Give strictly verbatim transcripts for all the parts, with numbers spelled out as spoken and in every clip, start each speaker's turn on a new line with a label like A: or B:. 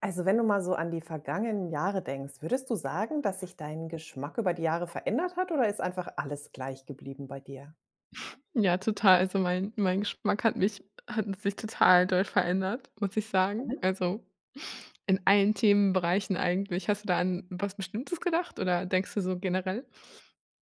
A: Also, wenn du mal so an die vergangenen Jahre denkst, würdest du sagen, dass sich dein Geschmack über die Jahre verändert hat oder ist einfach alles gleich geblieben bei dir?
B: Ja, total. Also, mein mein Geschmack hat mich hat sich total doll verändert, muss ich sagen.
A: Mhm.
B: Also, in allen Themenbereichen eigentlich. Hast du da an was Bestimmtes gedacht oder denkst du so generell?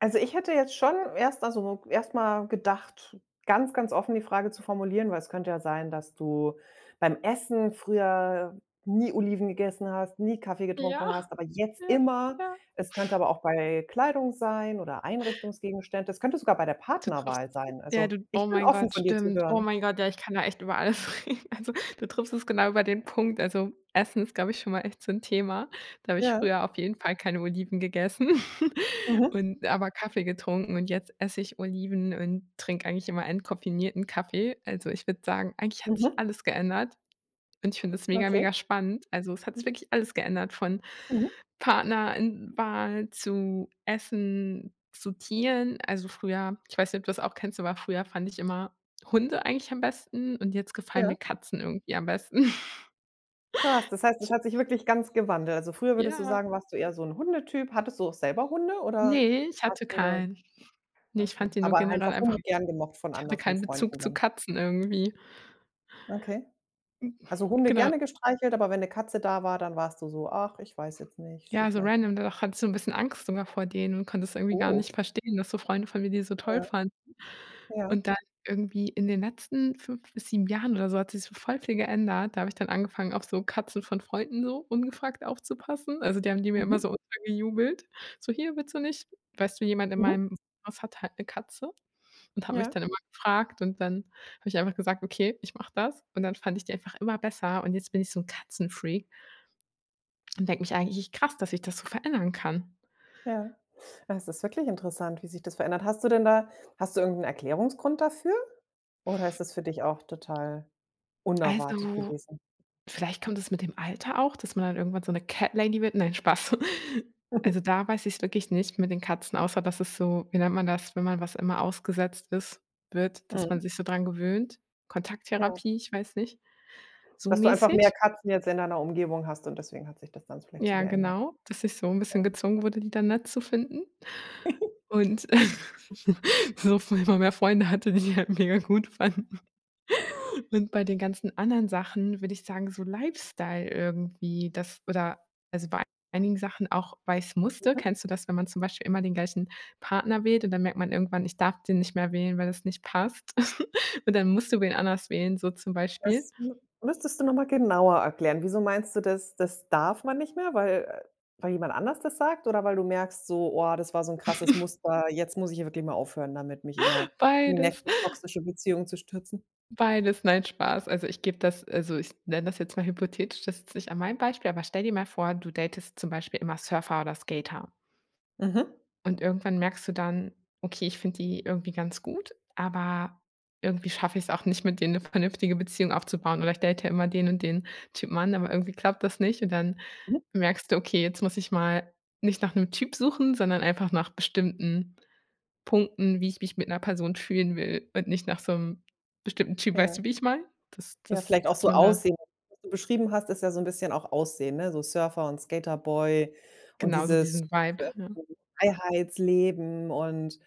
A: Also, ich hätte jetzt schon erst also, erstmal gedacht, ganz, ganz offen die Frage zu formulieren, weil es könnte ja sein, dass du beim Essen früher nie Oliven gegessen hast, nie Kaffee
B: Ja,
A: getrunken hast, aber jetzt
B: ja,
A: immer.
B: ja.
A: Es könnte aber auch bei Kleidung sein oder Einrichtungsgegenstände. Es könnte sogar bei der
B: Du triffst
A: Partnerwahl sein.
B: Ja,
A: Also,
B: du oh
A: ich bin
B: mein
A: offen,
B: Gott,
A: von dir zu
B: stimmt. Oh
A: hören.
B: mein Gott, ja, ich kann da echt über alles reden. Also, du triffst es genau über den Punkt. Also, Essen ist, glaube ich, schon mal echt so 'n Thema. Da habe ich
A: Ja.
B: früher auf jeden Fall keine Oliven gegessen
A: Mhm.
B: und aber Kaffee getrunken und jetzt esse ich Oliven und trinke eigentlich immer entkoffinierten Kaffee. Also, ich würde sagen, eigentlich hat sich
A: Mhm.
B: alles geändert. Und ich finde das mega,
A: Okay.
B: mega spannend. Also, es hat sich wirklich alles geändert von
A: Mhm.
B: Partner in Wahl zu Essen, zu Tieren. Also, früher ich weiß nicht, ob du das auch kennst, aber früher fand ich immer Hunde eigentlich am besten und jetzt gefallen
A: Ja.
B: mir Katzen irgendwie am besten.
A: Krass. Das heißt, es
B: Ich
A: hat sich wirklich ganz gewandelt. Also, früher würdest du
B: Ja.
A: sagen, warst du eher so 'n Hundetyp. Hattest du auch selber Hunde oder
B: Ne, ich
A: hast
B: hatte
A: du nur
B: keinen. Ne, ich
A: okay,
B: fand die nur
A: aber
B: generell
A: einfach
B: einfach
A: Hunde gern gemocht von
B: ich
A: ander
B: hatte
A: von
B: keinen
A: Freunden
B: Bezug zu
A: dann?
B: Katzen irgendwie.
A: Okay. Also, Hunde
B: Genau.
A: gerne gestreichelt, aber wenn 'ne Katze da war, dann warst du so: „Ach, ich weiß jetzt nicht, so
B: Ja, so
A: vielleicht“.
B: random, da doch hattest du 'n bisschen Angst sogar vor denen und konntest irgendwie gar
A: Oh,
B: nicht verstehen, dass so Freunde von mir die so toll
A: ja,
B: fanden.
A: ja.
B: Und dann irgendwie in den letzten fünf bis sieben Jahren oder so hat sich so voll viel geändert. Da habe ich dann angefangen, auf so Katzen von Freunden so ungefragt aufzupassen. Also, die haben die mir immer
A: Mhm,
B: so untergejubelt. So: „Hier, willst du nicht?“ Weißt du, jemand in
A: mhm.
B: meinem Haus hat halt 'ne Katze und hat mich
A: Ja,
B: dann immer gefragt und dann habe ich einfach gesagt: „Okay, ich mache das.“ Und dann fand ich die einfach immer besser und jetzt bin ich so 'n Katzenfreak und denke mich eigentlich: „Krass, dass ich das so verändern kann.“
A: ja. Das ist wirklich interessant, wie sich das verändert. Hast du denn da hast du irgend 'n Erklärungsgrund dafür oder ist das für dich auch total unerwartet
B: Also,
A: gewesen?
B: vielleicht kommt es mit dem Alter auch, dass man dann irgendwann so 'ne Cat Lady wird. Nein, Spaß. Also, da weiß ich's wirklich nicht mit den Katzen, außer dass es so wie nennt man das, wenn man was immer ausgesetzt ist wird, dass man
A: Mhm.
B: sich so dran gewöhnt?
A: Ja,
B: Kontakttherapie, ich weiß nicht, so
A: dass du einfach mehr
B: mäßig?
A: Katzen jetzt in deiner Umgebung hast und deswegen hat sich das dann vielleicht so
B: Ja,
A: geändert.
B: genau, dass ich so 'n bisschen
A: Ja,
B: gezwungen wurde, die dann nett zu finden und so immer mehr Freunde hatte, die die halt mega gut fanden. Und bei den ganzen anderen Sachen würde ich sagen, so Lifestyle irgendwie, das oder also, bei einigen Sachen auch, weil ich's musste.
A: mhm.
B: Kennst du das, wenn man zum Beispiel immer den gleichen Partner wählt und dann merkt man irgendwann, ich darf den nicht mehr wählen, weil das nicht passt. Und dann musst du wen anders wählen, so zum Beispiel.
A: Das m müsstest du noch mal genauer erklären. Wieso meinst du, das das darf man nicht mehr, weil äh, weil jemand anders das sagt oder weil du merkst so: „Oh, das war so 'n krasses Muster, jetzt muss ich hier wirklich mal aufhören damit, mich immer in die
B: Beides,
A: nächste toxische Beziehung zu stürzen?“
B: beides, nein, Spaß. Also, ich gebe das also, ich nenne das jetzt mal hypothetisch, das ist nicht an meinem Beispiel, aber stell dir mal vor, du datest zum Beispiel immer Surfer oder Skater.
A: Mhm.
B: Und irgendwann merkst du dann: „Okay, ich finde die irgendwie ganz gut, aber irgendwie schaffe ich es auch nicht, mit denen eine vernünftige Beziehung aufzubauen oder ich date ja immer den und den Typen an, aber irgendwie klappt das nicht.“ Und dann
A: Mhm.
B: merkst du: „Okay, jetzt muss ich mal nicht nach einem Typ suchen, sondern einfach nach bestimmten Punkten, wie ich mich mit einer Person fühlen will und nicht nach so einem bestimmten Typ.“ Weißt
A: Ja.
B: du, wie ich meine? Das
A: Ja,
B: das
A: vielleicht auch
B: dass
A: so
B: man da
A: Aussehen. Was du beschrieben hast, ist ja so 'n bisschen auch Aussehen, ne? So Surfer und Skaterboy und
B: genauso
A: dieses
B: diesen Vibe, ja.
A: Freiheitsleben und,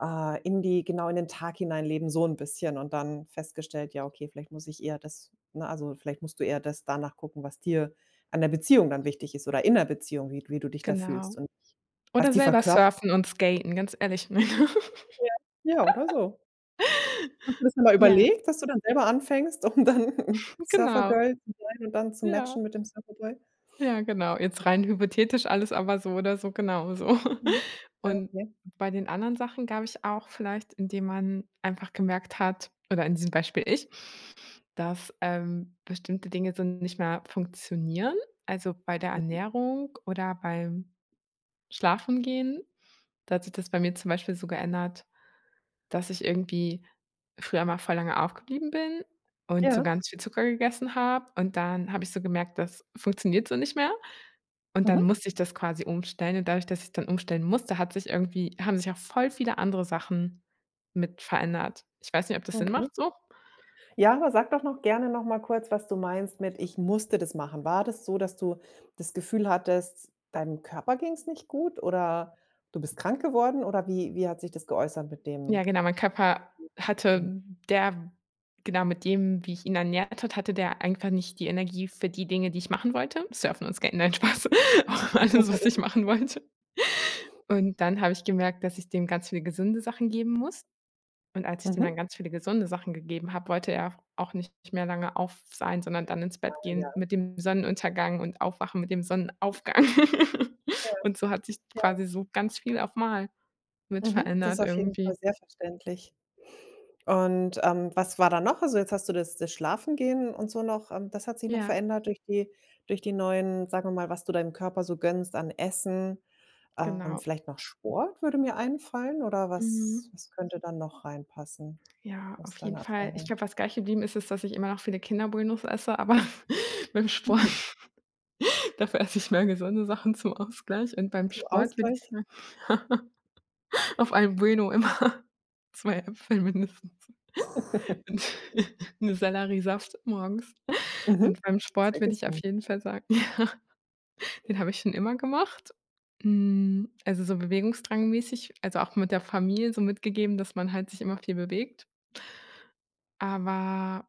A: äh, in die genau, in den Tag hineinleben, so 'n bisschen und dann festgestellt: „Ja, okay, vielleicht muss ich eher das“. Ne, also vielleicht musst du eher das danach gucken, was dir an der Beziehung dann wichtig ist oder in der Beziehung, wie wie du dich da fühlst
B: Genau.
A: und was
B: Oder
A: die
B: selber
A: verkörpert.
B: surfen und skaten, ganz ehrlich.
A: Ja, oder so. Hast du das mal
B: Ja,
A: überlegt, dass du dann selber anfängst, um dann
B: genau,
A: Surfergirl zu sein und dann zu
B: ja.
A: matchen mit dem Surferboy?
B: Ja, genau. Jetzt rein hypothetisch alles, aber so oder so genauso.
A: Mhm. Ja,
B: Und
A: okay.
B: bei den anderen Sachen gab ich auch vielleicht, indem man einfach gemerkt hat oder in diesem Beispiel ich, dass, ähm, bestimmte Dinge so nicht mehr funktionieren. Also, bei der Ernährung oder beim Schlafengehen. Da hat sich das bei mir zum Beispiel so geändert, dass ich irgendwie früher mal voll lange aufgeblieben bin und so
A: Ja.
B: ganz viel Zucker gegessen habe und dann habe ich so gemerkt, das funktioniert so nicht mehr und dann
A: Mhm.
B: musste ich das quasi umstellen und dadurch, dass ich dann umstellen musste, hat sich irgendwie haben sich auch voll viele andere Sachen mit verändert. Ich weiß nicht, ob das Sinn
A: Okay.
B: macht so.
A: Ja, aber sag doch noch gerne noch mal kurz, was du meinst mit: „Ich musste das machen.“ War das so, dass du das Gefühl hattest, deinem Körper ging's nicht gut oder du bist krank geworden oder wie wie hat sich das geäußert mit dem?
B: Ja, genau, mein Körper hatte der genau, mit dem, wie ich ihn ernährt hat, hatte der einfach nicht die Energie für die Dinge, die ich machen wollte. Surfen und Skaten, nein, Spaß. Auch alles, was ich
A: Mhm.
B: machen wollte. Und dann habe ich gemerkt, dass ich dem ganz viele gesunde Sachen geben muss. Und als ich dem
A: Mhm.
B: dann ganz viele gesunde Sachen gegeben habe, wollte er auch nicht mehr lange auf sein, sondern dann ins Bett
A: Ja,
B: gehen mit dem Sonnenuntergang und aufwachen mit dem Sonnenaufgang.
A: ja,
B: Und so hat sich
A: ja.
B: quasi so ganz viel auf mal mit
A: Mhm. Das ist
B: verändert
A: auf jeden Fall
B: irgendwie.
A: sehr verständlich. Und, ähm, was war da noch? Also, jetzt hast du das das Schlafengehen und so noch ähm, das hat sich noch
B: Ja,
A: verändert durch die durch die neuen, sagen wir mal, was du deinem Körper so gönnst an Essen Ähm,
B: genau.
A: vielleicht noch Sport würde mir einfallen oder was
B: Mhm.
A: was könnte dann noch reinpassen
B: Ja,
A: aus
B: auf jeden
A: deiner
B: Fall. Ich
A: Erfahrung?
B: glaube, was gleich geblieben ist, ist, dass ich immer noch viele Kinderbuenos esse, aber beim Sport dafür esse ich mehr gesunde Sachen zum Ausgleich und beim
A: Zum
B: Sport würde ich
A: Ausgleich?
B: sagen, auf einem Bueno immer zwei Äpfel mindestens. Und 'ne Selleriesaft morgens.
A: Mhm,
B: Und beim
A: sehr
B: Sport würde ich auf
A: gesund.
B: jeden Fall sagen, ja, den habe ich schon immer gemacht. Hm, also, so bewegungsdrangmäßig, also, auch mit der Familie so mitgegeben, dass man halt sich immer viel bewegt. Aber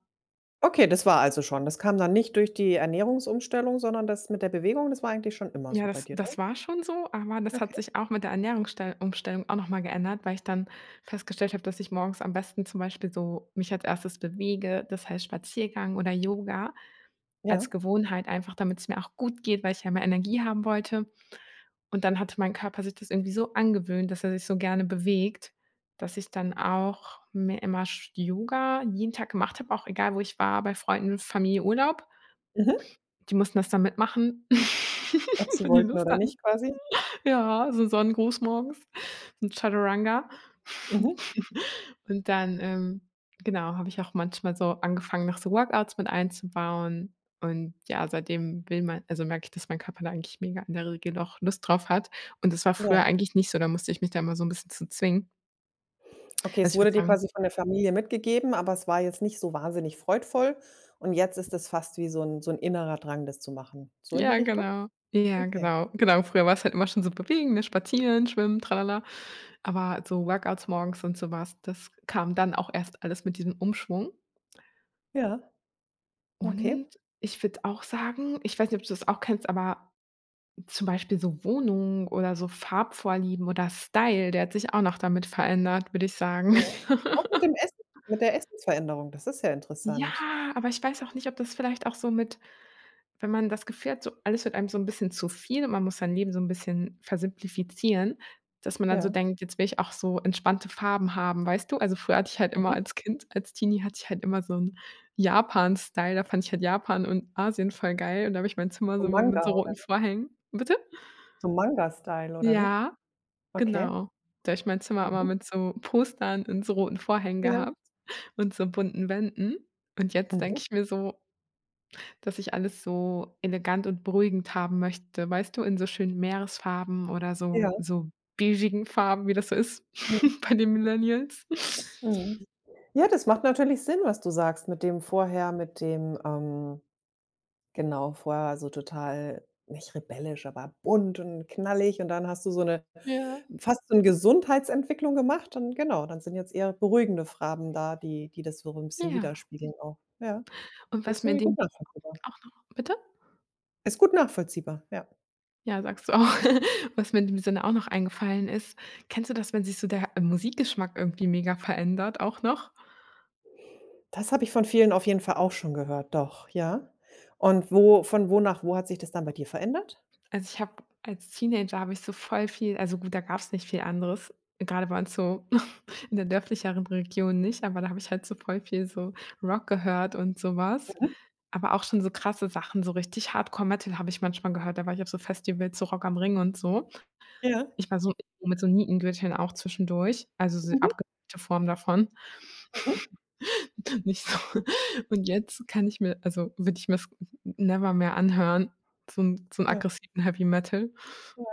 A: Okay, das war also schon. Das kam dann nicht durch die Ernährungsumstellung, sondern das mit der Bewegung, das war eigentlich schon immer
B: ja,
A: so bei
B: das
A: dir dann?
B: das war schon so, aber das hat
A: Okay,
B: sich auch mit der Ernährungsstell Umstellung auch noch mal geändert, weil ich dann festgestellt habe, dass ich morgens am besten zum Beispiel so mich als Erstes bewege, das heißt Spaziergang oder Yoga als
A: ja.
B: Gewohnheit einfach, damit es mir auch gut geht, weil ich ja mehr Energie haben wollte. Und dann hatte mein Körper sich das irgendwie so angewöhnt, dass er sich so gerne bewegt, dass ich dann auch mir immer sch Yoga jeden Tag gemacht habe, auch egal, wo ich war, bei Freunden, Familie, Urlaub.
A: Mhm.
B: Die mussten das dann mitmachen,
A: Ob sie
B: wenn die
A: wollten
B: Lust
A: oder
B: hatten.
A: nicht quasi?
B: Ja, so 'n Sonnengruß morgens, 'n Chaturanga.
A: Mhm,
B: Und dann, ähm, genau, habe ich auch manchmal so angefangen, noch so Workouts mit einzubauen. Und ja, seitdem will mein also, merke ich, dass mein Körper da eigentlich mega in der Regel auch Lust drauf hat. Und das war früher
A: ja.
B: eigentlich nicht so, da musste ich mich da immer so 'n bisschen zu zwingen.
A: Okay, es
B: Also, ich
A: wurde
B: würde
A: dir
B: sagen
A: quasi von der Familie mitgegeben, aber es war jetzt nicht so wahnsinnig freudvoll und jetzt ist es fast wie so ein so 'n innerer Drang, das zu machen. So in die
B: ja,
A: Richtung?
B: genau. Ja,
A: Okay.
B: genau, genau. Früher war's halt immer schon so bewegen, ne, spazieren, schwimmen, tralala. Aber so Workouts morgens und so was, das kam dann auch erst alles mit diesem Umschwung.
A: Ja, okay.
B: Und ich würde auch sagen ich weiß nicht, ob du das auch kennst, aber zum Beispiel so Wohnungen oder so Farbvorlieben oder Style, der hat sich auch noch damit verändert, würde ich sagen.
A: Mhm. Auch mit dem Essen mit der Essensveränderung, das ist ja
B: Ja,
A: interessant.
B: aber ich weiß auch nicht, ob das vielleicht auch so mit wenn man das Gefühl hat, so alles wird einem so 'n bisschen zu viel und man muss sein Leben so 'n bisschen versimplifizieren, dass man dann so
A: Ja.
B: denkt: „Jetzt will ich auch so entspannte Farben haben“, weißt du? Also, früher hatte ich halt immer
A: Mhm.
B: als Kind als Teenie hatte ich halt immer so 'n Japan-Style, da fand ich halt Japan und Asien voll geil und da habe ich mein Zimmer
A: So
B: so immer mit
A: Manga
B: so
A: oder
B: roten Vorhängen bitte?
A: so Manga-Style oder wie?
B: Ja,
A: Okay.
B: genau. Da habe ich mein Zimmer immer
A: Mhm.
B: mit so Postern und so roten Vorhängen
A: Ja.
B: gehabt und so bunten Wänden und jetzt denke
A: Mhm.
B: ich mir so: dass ich alles so elegant und beruhigend haben möchte, weißt du, in so schönen Meeresfarben oder so
A: Ja.
B: so beigigen Farben, wie das so ist
A: Mhm.
B: bei den Millennials.
A: Mhm. Ja, das macht natürlich Sinn, was du sagst mit dem vorher mit dem, ähm genau, vorher so total nicht rebellisch, aber bunt und knallig und dann hast du so eine
B: Ja,
A: fast so 'ne Gesundheitsentwicklung gemacht und genau, dann sind jetzt eher beruhigende Farben da, die die das so 'n bisschen
B: ja.
A: widerspiegeln auch. Ja,
B: Und
A: das
B: was
A: ist
B: mir in
A: irgendwie
B: dem
A: gut nachvollziehbar.
B: auch noch bitte?
A: Ist gut nachvollziehbar, ja.
B: Ja, sagst du auch. Was mir in dem Sinne auch noch eingefallen ist, kennst du das, wenn sich so der Musikgeschmack irgendwie mega verändert auch noch?
A: Das habe ich von vielen auf jeden Fall auch schon gehört, doch, ja. Und wo von wo nach wo hat sich das dann bei dir verändert?
B: Also, ich habe als Teenager habe ich so voll viel also gut, da gab's nicht viel anderes, grade bei uns so in der dörflicheren Region nicht, aber da habe ich halt so voll viel so Rock gehört und so was. Aber auch schon so krasse Sachen, so richtig Hardcore-Metal habe ich manchmal gehört. Da war ich auf so Festivals, so Rock am Ring und so.
A: Ja.
B: Ich war so mit so Nietengürteln auch zwischendurch, also so
A: Mhm.
B: abgewandelte Form davon.
A: Mhm.
B: Nicht so und jetzt kann ich mir also, würde ich mir's never mehr anhören, so 'n so einen
A: Ja,
B: aggressiven Heavy Metal
A: ja.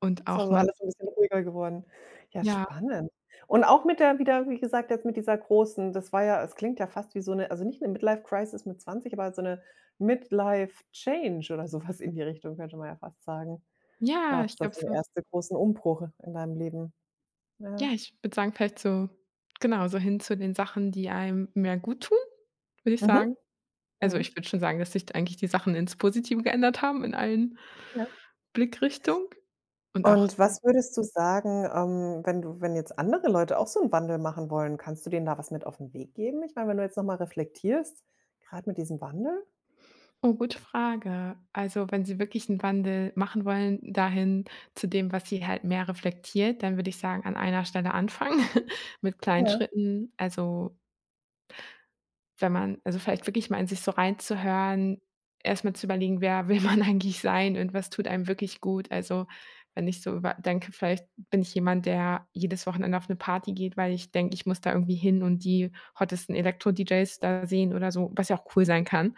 B: und
A: Ist
B: auch
A: also
B: manch
A: alles 'n bisschen ruhiger geworden. Ja,
B: ja,
A: spannend. Und auch mit der wieder, wie gesagt, jetzt mit dieser großen, das war ja, es klingt ja fast wie so 'ne, also nicht 'ne Midlife-Crisis mit zwanzig, aber so 'ne Midlife-Change oder so was in die Richtung, könnte man ja fast sagen.
B: ja, ich
A: Gab's da
B: glaube
A: so 'ne
B: so.
A: erste großen Umbruch in deinem Leben? Ja.
B: Ja, ich würde sagen, vielleicht so genau, so hin zu den Sachen, die einem mehr gut tun, würde ich
A: Mhm.
B: sagen. Also,
A: Mhm.
B: ich würde schon sagen, dass sich eigentlich die Sachen ins Positive geändert haben in allen
A: Ja.
B: Blickrichtungen und auch
A: Und
B: so
A: was würdest du sagen, ähm, wenn du wenn jetzt andere Leute auch so einen Wandel machen wollen, kannst du denen da was mit auf den Weg geben? Ich meine, wenn du jetzt noch mal reflektierst, gerade mit diesem Wandel?
B: oh, gute Frage. Also, wenn Sie wirklich einen Wandel machen wollen dahin zu dem, was Sie halt mehr reflektiert, dann würde ich sagen, an einer Stelle anfangen mit kleinen
A: Ja.
B: Schritten. Also, Wenn man also, vielleicht wirklich mal in sich so reinzuhören, erstmal zu überlegen: „Wer will man eigentlich sein und was tut einem wirklich gut?" Also, wenn ich so über denke, vielleicht bin ich jemand, der jedes Wochenende auf eine Party geht, weil ich denke, ich muss da irgendwie hin und die hottesten Elektro-D Js da sehen oder so, was ja auch cool sein kann.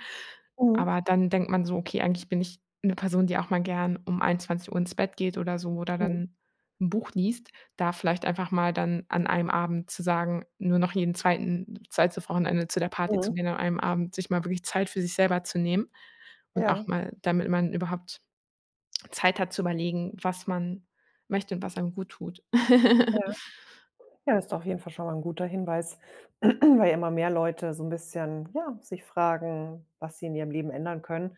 A: Mhm.
B: Aber dann denkt man so: „Okay, eigentlich bin ich eine Person, die auch mal gern um einundzwanzig Uhr ins Bett geht oder so oder
A: Mhm.
B: dann 'n Buch liest." Da vielleicht einfach mal dann an einem Abend zu sagen, nur noch jeden zweiten zweites Wochenende zu der Party
A: Mhm.
B: zu gehen, an einem Abend sich mal wirklich Zeit für sich selber zu nehmen und
A: Ja,
B: auch mal, damit man überhaupt Zeit hat zu überlegen, was man möchte und was einem gut tut.
A: ja. Ja, das ist auf jeden Fall schon mal ein guter Hinweis, weil immer mehr Leute so ein bisschen, ja, sich fragen, was sie in ihrem Leben ändern können.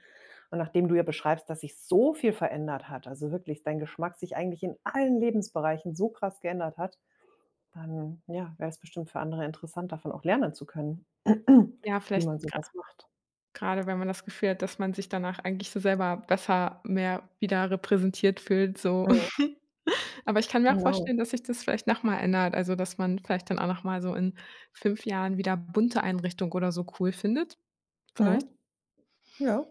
A: Und nachdem du ja beschreibst, dass sich so viel verändert hat, also wirklich dein Geschmack sich eigentlich in allen Lebensbereichen so krass geändert hat, Dann, ja, wäre es bestimmt für andere interessant, davon auch lernen zu können,
B: Ja,
A: wie
B: vielleicht
A: man
B: gra
A: sowas macht.
B: grade wenn man das Gefühl hat, dass man sich danach eigentlich so selber besser mehr wieder repräsentiert fühlt, so.
A: Mhm,
B: Aber ich kann mir auch
A: genau.
B: vorstellen, dass sich das vielleicht noch mal ändert, also, dass man vielleicht dann auch noch mal so in fünf Jahren wieder bunte Einrichtung oder so cool findet, vielleicht.
A: Mhm. Ja,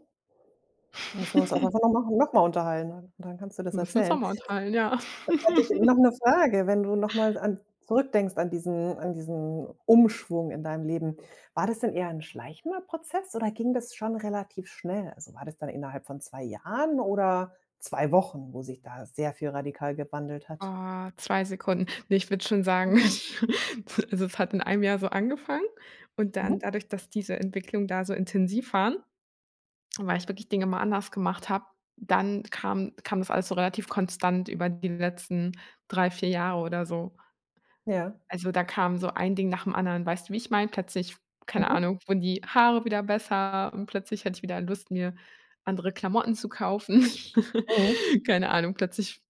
A: müssen wir uns auch einfach nochmal noch mal noch mal unterhalten, dann dann kannst du das
B: Wir müssen uns auch
A: erzählen.
B: mal unterhalten, ja.
A: Jetzt hätte ich noch eine Frage, wenn du nochmal an zurückdenkst an diesen an diesen Umschwung in deinem Leben. War das denn eher ein schleichender Prozess oder ging das schon relativ schnell? Also, war das dann innerhalb von zwei Jahren oder zwei Wochen, wo sich da sehr viel radikal gewandelt hat?
B: Oh, zwei Sekunden. Ne, ich würde schon sagen,
A: Mhm.
B: also, es hat in einem Jahr so angefangen, und dann,
A: Mhm.
B: dadurch, dass diese Entwicklung da so intensiv waren, weil ich wirklich Dinge mal anders gemacht habe, dann kam kam das alles so relativ konstant über die letzten drei, vier Jahre oder so.
A: Ja.
B: Also, da kam so ein Ding nach dem anderen, weißt du, wie ich meine? Plötzlich, keine
A: Mhm.
B: Ahnung, wurden die Haare wieder besser und plötzlich hatte ich wieder Lust, mir andere Klamotten zu kaufen.
A: Mhm.
B: Keine Ahnung, plötzlich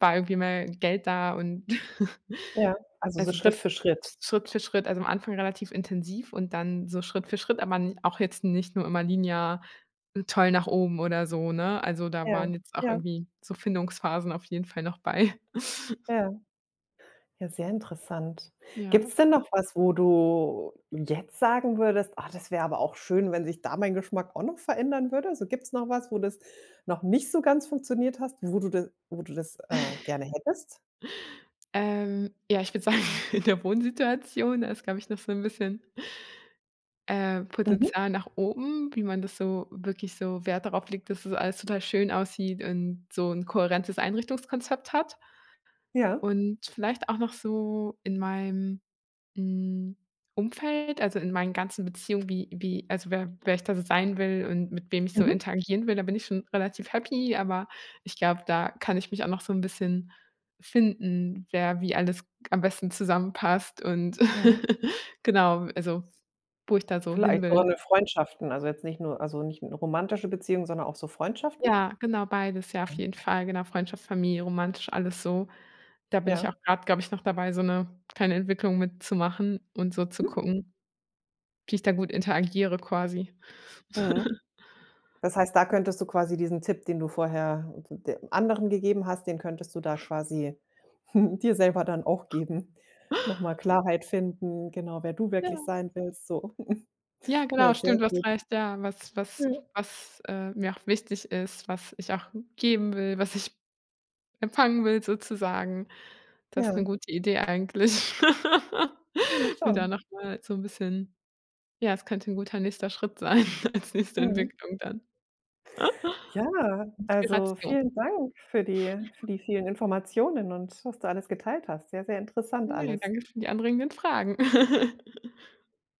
B: war irgendwie mehr Geld da und
A: Ja, also so
B: also,
A: Schritt für
B: das
A: Schritt.
B: Schritt für Schritt, also, am Anfang relativ intensiv und dann so Schritt für Schritt, aber n auch jetzt nicht nur immer linear toll nach oben oder so, ne? Also, da
A: Ja,
B: waren jetzt auch
A: ja,
B: irgendwie so Findungsphasen auf jeden Fall noch bei.
A: ja. Ja, sehr interessant.
B: Ja.
A: Gibt's denn noch was, wo du jetzt sagen würdest: „Ah, das wäre aber auch schön, wenn sich da mein Geschmack auch noch verändern würde?“ Also, gibt's noch was, wo das noch nicht so ganz funktioniert hast, wo du da wo du das, äh, gerne hättest?
B: Ähm, ja, ich würde sagen, in der Wohnsituation, da ist, glaube ich, noch so ein bisschen äh,
A: Mhm,
B: Potenzial nach oben, wie man das so wirklich so Wert darauf legt, dass es alles total schön aussieht und so ein kohärentes Einrichtungskonzept hat.
A: ja.
B: Und vielleicht auch noch so in meinem hm, Umfeld, also in meinen ganzen Beziehungen, wie wie also, wer wer ich da so sein will und mit wem ich so
A: Mhm,
B: interagieren will. Da bin ich schon relativ happy, aber ich glaube, da kann ich mich auch noch so ein bisschen finden, wer wie alles am besten zusammenpasst und
A: mhm.
B: genau, also wo ich da so hin
A: Vielleicht sogar
B: will.
A: in Freundschaften, also jetzt nicht nur, also nicht 'ne romantische Beziehung, sondern auch so Freundschaften?
B: Ja, genau, beides, ja, auf jeden Fall, genau, Freundschaft, Familie, romantisch, alles so. Da bin ich auch
A: Ja.
B: gerade, glaube ich, noch dabei, so eine kleine Entwicklung mitzumachen und so zu
A: Mhm.
B: gucken, wie ich da gut interagiere quasi.
A: Mhm. Das heißt, da könntest du quasi diesen Tipp, den du vorher de anderen gegeben hast, den könntest du da quasi dir selber dann auch geben. Nochmal Klarheit finden, genau, wer du wirklich
B: Ja,
A: sein willst, so.
B: ja,
A: Ja,
B: genau,
A: sehr
B: stimmt, du
A: gut.
B: hast recht, ja, was was
A: Ja,
B: was, äh, mir auch wichtig ist, was ich auch geben will, was ich empfangen will sozusagen. Das ist
A: ja,
B: 'ne gute Idee eigentlich.
A: ja,
B: Mir da
A: schon.
B: noch mal so 'n bisschen ja, es könnte 'n guter nächster Schritt sein als nächste
A: Mhm.
B: Entwicklung dann.
A: Ja, also
B: Inspiration.
A: vielen Dank für die für die vielen Informationen und was du alles geteilt hast. Sehr, sehr interessant
B: Ja,
A: alles.
B: danke für die anregenden Fragen.